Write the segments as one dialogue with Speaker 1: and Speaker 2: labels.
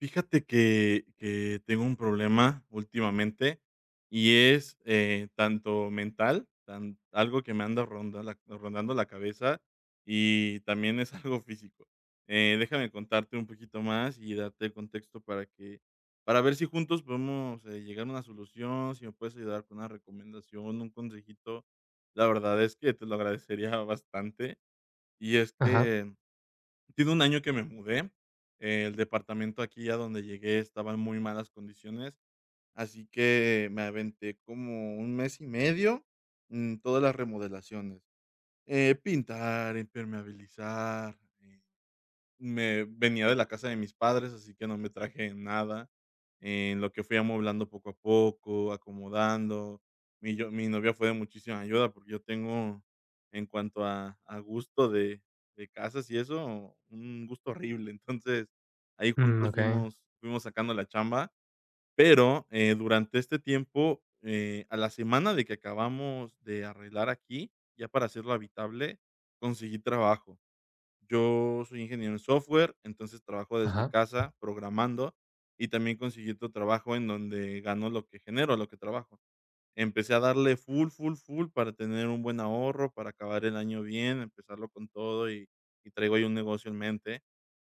Speaker 1: Fíjate que tengo un problema últimamente, y es, tanto mental, tan algo que me anda ronda la rondando la cabeza, y también es algo físico. Déjame contarte un poquito más y darte el contexto para ver si juntos podemos, llegar a una solución, si me puedes ayudar con una recomendación, un consejito. La verdad es que te lo agradecería bastante, y es
Speaker 2: Ajá,
Speaker 1: que tiene 1 año que me mudé. El departamento aquí a donde llegué estaba en muy malas condiciones, así que me aventé como 1 mes y medio, en todas las remodelaciones, pintar, impermeabilizar. Me venía de la casa de mis padres, así que no me traje nada. En lo que fui amueblando poco a poco, acomodando. Mi novia fue de muchísima ayuda, porque yo tengo, en cuanto a gusto de casas y eso, un gusto horrible. Entonces, ahí juntos
Speaker 2: okey,
Speaker 1: fuimos sacando la chamba, pero, durante este tiempo, a la semana de que acabamos de arreglar aquí, ya para hacerlo habitable, conseguí trabajo. Yo soy ingeniero en software, entonces trabajo desde
Speaker 2: ajá,
Speaker 1: casa programando y también conseguí otro trabajo en donde gano lo que genero, lo que trabajo. Empecé a darle full, full, full para tener un buen ahorro, para acabar el año bien, empezarlo con todo y traigo ahí un negocio en mente.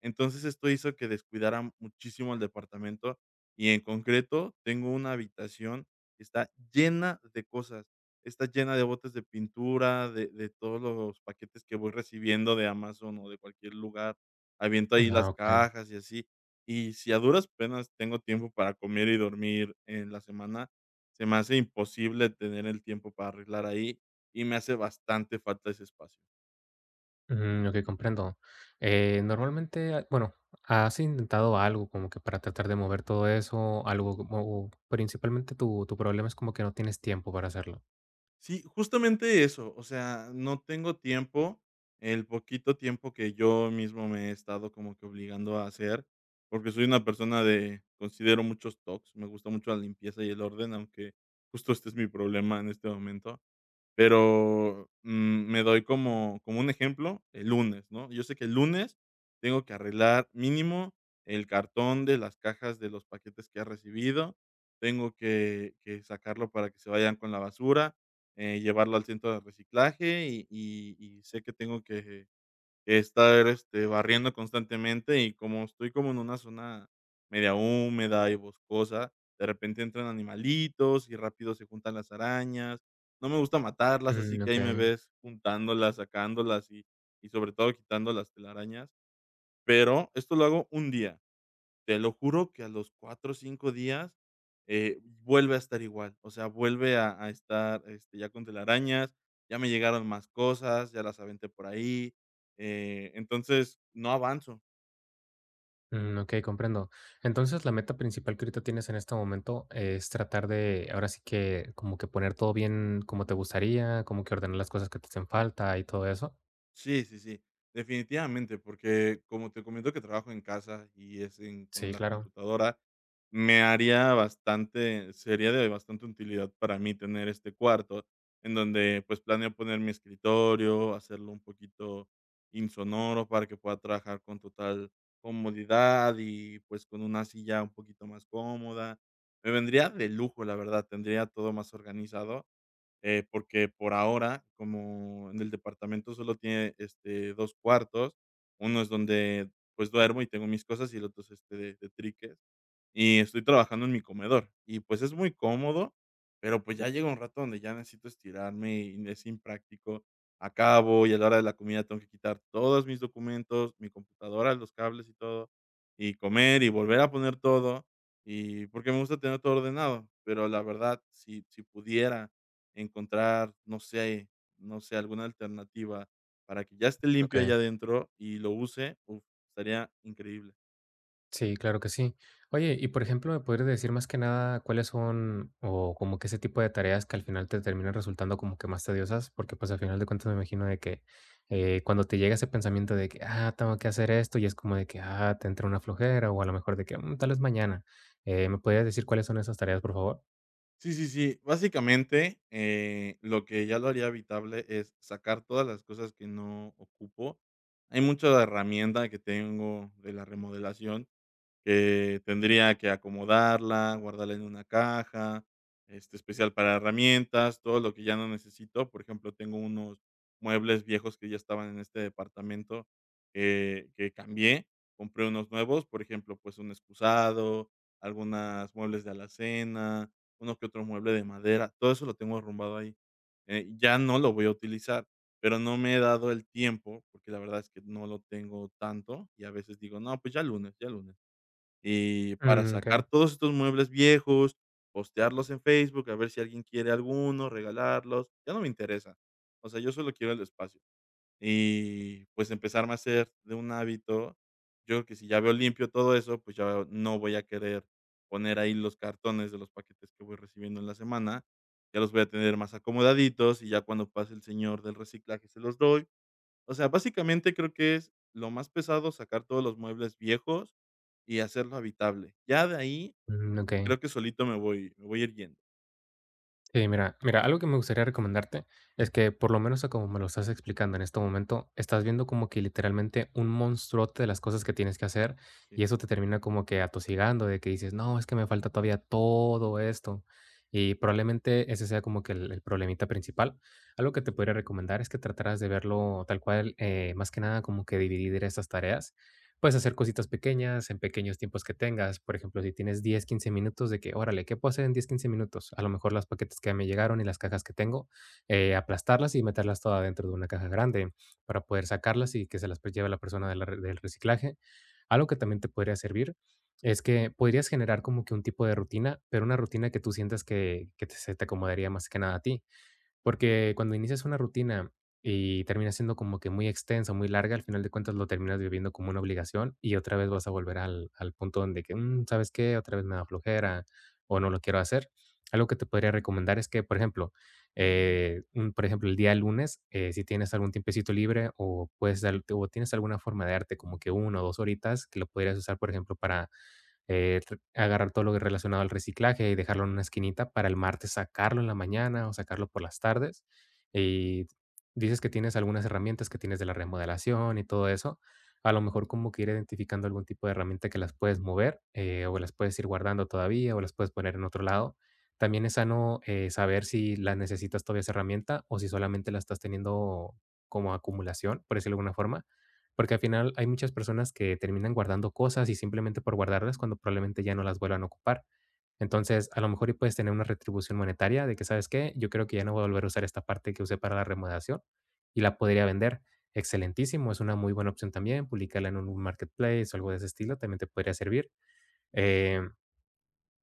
Speaker 1: Entonces, esto hizo que descuidara muchísimo el departamento y, en concreto, tengo una habitación que está llena de cosas. Está llena de botes de pintura, de todos los paquetes que voy recibiendo de Amazon o de cualquier lugar. Aviento ahí las
Speaker 2: okey,
Speaker 1: cajas y así. Y si a duras penas tengo tiempo para comer y dormir en la semana, se me hace imposible tener el tiempo para arreglar ahí, y me hace bastante falta ese espacio.
Speaker 2: okey, comprendo. Normalmente, bueno, ¿has intentado algo como que para tratar de mover todo eso? Algo como principalmente tu problema es como que no tienes tiempo para hacerlo.
Speaker 1: Sí, justamente eso, o sea, no tengo tiempo, el poquito tiempo que yo mismo me he estado como que obligando a hacer, porque soy una persona de considero muchos tocs, me gusta mucho la limpieza y el orden, aunque justo este es mi problema en este momento. Pero, me doy como un ejemplo, el lunes, ¿no? Yo sé que el lunes tengo que arreglar mínimo el cartón de las cajas de los paquetes que he recibido, tengo que sacarlo para que se vayan con la basura, llevarlo al centro de reciclaje y sé que tengo que estar, este, barriendo constantemente y como estoy como en una zona media húmeda y boscosa, de repente entran animalitos y rápido se juntan las arañas. No me gusta matarlas, así que ahí me
Speaker 2: Okey,
Speaker 1: ves juntándolas, sacándolas y sobre todo quitando las telarañas, pero esto lo hago un día. Te lo juro que a los 4 o 5 días, vuelve a estar igual. O sea, vuelve a estar, este, ya con telarañas, ya me llegaron más cosas, ya las aventé por ahí, entonces no avanzo.
Speaker 2: okey, comprendo. Entonces, la meta principal que ahorita tienes en este momento es tratar de, ahora sí que, como que poner todo bien como te gustaría, como que ordenar las cosas que te hacen falta y todo eso.
Speaker 1: Sí, sí, sí, definitivamente, porque como te comento que trabajo en casa y es en con
Speaker 2: Sí,
Speaker 1: la
Speaker 2: claro,
Speaker 1: computadora, me haría bastante sería de bastante utilidad para mí tener este cuarto en donde, pues, planeo poner mi escritorio, hacerlo un poquito insonoro para que pueda trabajar con total comodidad y, pues, con una silla un poquito más cómoda. Me vendría de lujo, la verdad, tendría todo más organizado porque por ahora, como en el departamento solo tiene, este, 2 cuartos, uno es donde, pues, duermo y tengo mis cosas, y el otro es, este, de triques y estoy trabajando en mi comedor. Y, pues, es muy cómodo, pero, pues, ya llega un rato donde ya necesito estirarme y es impráctico. Acabo y a la hora de la comida tengo que quitar todos mis documentos, mi computadora, los cables y todo, y comer y volver a poner todo, y porque me gusta tener todo ordenado, pero la verdad, si pudiera encontrar, no sé, alguna alternativa para que ya esté limpio
Speaker 2: okey.
Speaker 1: allá adentro y lo use, uf, estaría increíble.
Speaker 2: Sí, claro que sí. Oye, y por ejemplo, ¿me podrías decir más que nada cuáles son o como que ese tipo de tareas que al final te terminan resultando como que más tediosas? Porque pues al final de cuentas me imagino de que cuando te llega ese pensamiento de que, ah, tengo que hacer esto y es como de que, ah, te entra una flojera o a lo mejor de que "Mm, tal vez mañana. ¿Me podrías decir cuáles son esas tareas, por favor?
Speaker 1: Sí, sí, sí. Básicamente, lo que ya lo haría habitable es sacar todas las cosas que no ocupo. Hay mucha herramienta que tengo de la remodelación que tendría que acomodarla, guardarla en una caja, este, especial para herramientas, todo lo que ya no necesito. Por ejemplo, tengo unos muebles viejos que ya estaban en este departamento que cambié, compré unos nuevos, por ejemplo, pues un excusado, algunas muebles de alacena, uno que otro mueble de madera, todo eso lo tengo arrumbado ahí. Ya no lo voy a utilizar, pero no me he dado el tiempo, porque la verdad es que no lo tengo tanto y a veces digo, no, pues ya lunes y para
Speaker 2: Ok,
Speaker 1: sacar todos estos muebles viejos, postearlos en Facebook, a ver si alguien quiere alguno, regalarlos, ya no me interesa. O sea, yo solo quiero el espacio. Y, pues, empezarme a hacer de un hábito. Yo creo que si ya veo limpio todo eso, pues, ya no voy a querer poner ahí los cartones de los paquetes que voy recibiendo en la semana. Ya los voy a tener más acomodaditos, y ya cuando pase el señor del reciclaje se los doy. O sea, básicamente creo que es lo más pesado sacar todos los muebles viejos y hacerlo habitable. Ya de ahí
Speaker 2: ok.
Speaker 1: creo que solito me voy a ir yendo.
Speaker 2: Sí, mira, mira, algo que me gustaría recomendarte es que por lo menos a como me lo estás explicando en este momento, estás viendo como que literalmente un monstruote de las cosas que tienes que hacer, y
Speaker 1: Sí.
Speaker 2: eso te termina como que atosigando de que dices, no, es que me falta todavía todo esto. Y probablemente ese sea como que el problemita principal. Algo que te podría recomendar es que trataras de verlo tal cual, más que nada como que dividir esas tareas. Puedes hacer cositas pequeñas en pequeños tiempos que tengas. Por ejemplo, si tienes 10 15 minutos de que, órale, ¿qué puedo hacer en 10 15 minutos? A lo mejor las paquetes que me llegaron y las cajas que tengo, aplastarlas y meterlas todas dentro de una caja grande para poder sacarlas y que se las pues, lleve la persona de la del reciclaje. Algo que también te podría servir es que podrías generar como que un tipo de rutina, pero una rutina que tú sientas que, se te acomodaría más que nada a ti. Porque cuando inicias una rutina y termina siendo como que muy extensa, muy larga, al final de cuentas lo terminas viviendo como una obligación y otra vez vas a volver al, al punto donde que, "Mm, ¿sabes qué? Otra vez me da flojera o no lo quiero hacer. Algo que te podría recomendar es que, por ejemplo, por ejemplo, el día lunes, si tienes algún tiempecito libre o, puedes, o tienes alguna forma de darte como que una o dos horitas que lo podrías usar, por ejemplo, para agarrar todo lo que es relacionado al reciclaje y dejarlo en una esquinita para el martes sacarlo en la mañana o sacarlo por las tardes. Y dices que tienes algunas herramientas que tienes de la remodelación y todo eso. A lo mejor como que ir identificando algún tipo de herramienta que las puedes mover, o las puedes ir guardando todavía o las puedes poner en otro lado. También es sano, saber si las necesitas todavía esa herramienta o si solamente la estás teniendo como acumulación, por decirlo de alguna forma, porque al final hay muchas personas que terminan guardando cosas y simplemente por guardarlas cuando probablemente ya no las vuelvan a ocupar. Entonces, a lo mejor y puedes tener una retribución monetaria de que, ¿sabes qué? Yo creo que ya no voy a volver a usar esta parte que usé para la remodelación y la podría vender. Excelentísimo, es una muy buena opción también. Publicarla en un marketplace o algo de ese estilo también te podría servir. Eh,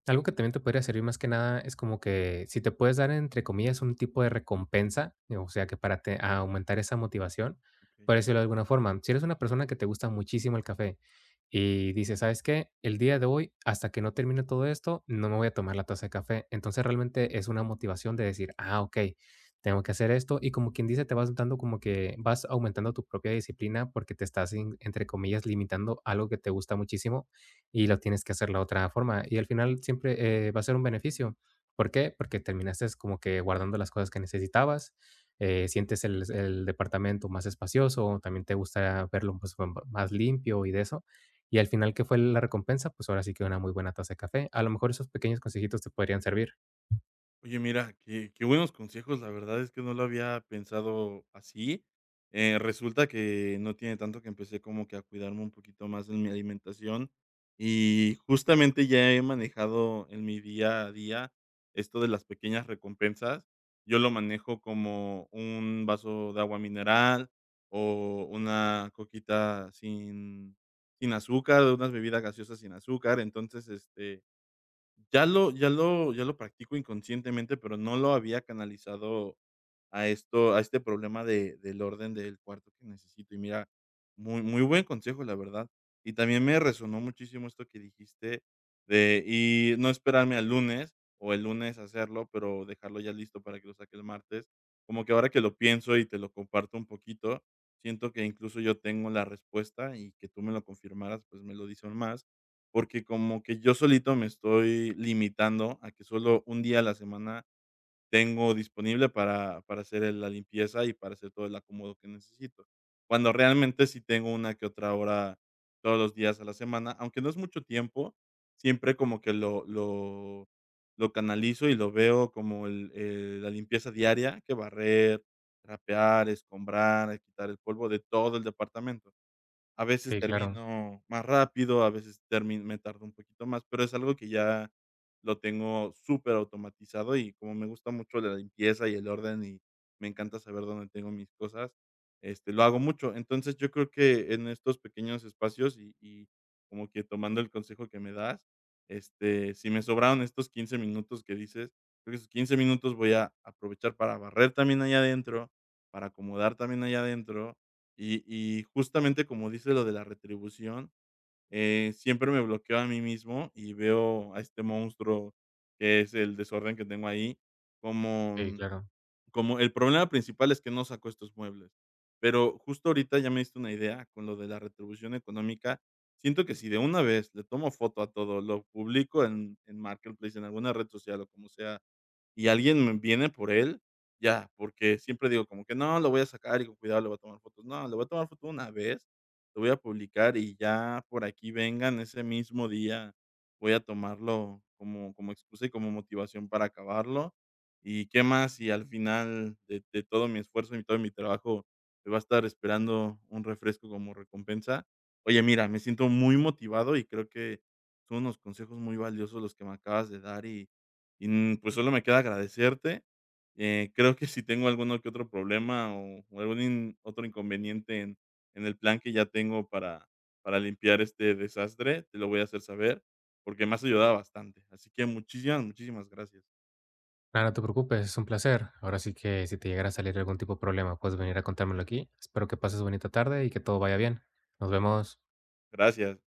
Speaker 2: Algo que también te podría servir más que nada es como que si te puedes dar, entre comillas, un tipo de recompensa, o sea, que para a aumentar esa motivación,
Speaker 1: Ok.
Speaker 2: por decirlo de alguna forma, si eres una persona que te gusta muchísimo el café y dices, ¿sabes qué? El día de hoy, hasta que no termine todo esto, no me voy a tomar la taza de café. Entonces realmente es una motivación de decir, ah, ok, tengo que hacer esto. Y como quien dice, te vas dando como que vas aumentando tu propia disciplina porque te estás, entre comillas, limitando algo que te gusta muchísimo y lo tienes que hacer la otra forma. Y al final siempre va a ser un beneficio. ¿Por qué? Porque terminaste como que guardando las cosas que necesitabas, sientes el departamento más espacioso, también te gusta verlo pues, más limpio y de eso. Y al final, ¿qué fue la recompensa? Pues ahora sí que una muy buena taza de café. A lo mejor esos pequeños consejitos te podrían servir.
Speaker 1: Oye, mira, qué buenos consejos, la verdad es que no lo había pensado así. Resulta que no tiene tanto que empecé como que a cuidarme un poquito más en mi alimentación, y justamente ya he manejado en mi día a día esto de las pequeñas recompensas. Yo lo manejo como un vaso de agua mineral, o una coquita sin azúcar, unas bebidas gaseosas sin azúcar. Entonces, este, ya lo practico inconscientemente, pero no lo había canalizado a este problema de del orden del cuarto que necesito. Y mira, muy muy buen consejo, la verdad. Y también me resonó muchísimo esto que dijiste de y no esperarme al lunes, o el lunes hacerlo, pero dejarlo ya listo para que lo saque el martes. Como que ahora que lo pienso y te lo comparto un poquito, siento que incluso yo tengo la respuesta y que tú me lo confirmaras, pues me lo dicen más. Porque como que yo solito me estoy limitando a que solo un día a la semana tengo disponible para hacer, la limpieza y para hacer todo el acomodo que necesito. Cuando realmente sí tengo una que otra hora todos los días a la semana, aunque no es mucho tiempo, siempre como que lo canalizo y lo veo como el la limpieza diaria, que barrer, trapear, escombrar, quitar el polvo de todo el departamento. A veces
Speaker 2: Sí, claro,
Speaker 1: termino más rápido, a veces termi me tardo un poquito más, pero es algo que ya lo tengo súper automatizado y como me gusta mucho la limpieza y el orden y me encanta saber dónde tengo mis cosas, este, lo hago mucho. Entonces, yo creo que en estos pequeños espacios y como que tomando el consejo que me das, este, si me sobraron estos 15 minutos que dices, creo que esos 15 minutos voy a aprovechar para barrer también allá adentro, para acomodar también allá adentro y y justamente como dice lo de la retribución, siempre me bloqueo a mí mismo y veo a este monstruo que es el desorden que tengo ahí, como
Speaker 2: sí,
Speaker 1: mm,
Speaker 2: claro.
Speaker 1: como el problema principal es que no saco estos muebles. Pero justo ahorita ya me diste una idea con lo de la retribución económica. Siento que si de una vez le tomo foto a todo, lo publico en Marketplace, en alguna red social o como sea y alguien viene por él, ya, porque siempre digo como que: "No, lo voy a sacar y con cuidado le voy a tomar fotos". No, le voy a tomar foto una vez, lo voy a publicar y ya por aquí vengan ese mismo día, voy a tomarlo como como excusa y como motivación para acabarlo. Y qué más y al final de todo mi esfuerzo y todo mi trabajo me va a estar esperando un refresco como recompensa. Oye, mira, me siento muy motivado y creo que son unos consejos muy valiosos los que me acabas de dar y, mm, pues, solo me queda agradecerte. Creo que si tengo alguno que otro problema o algún in otro inconveniente en el plan que ya tengo para limpiar este desastre, te lo voy a hacer saber, porque me has ayudado bastante. Así que muchísimas, muchísimas gracias.
Speaker 2: Nada, no te preocupes, es un placer. Ahora sí que si te llegara a salir algún tipo de problema, puedes venir a contármelo aquí. Espero que pases bonita tarde y que todo vaya bien. Nos vemos.
Speaker 1: Gracias.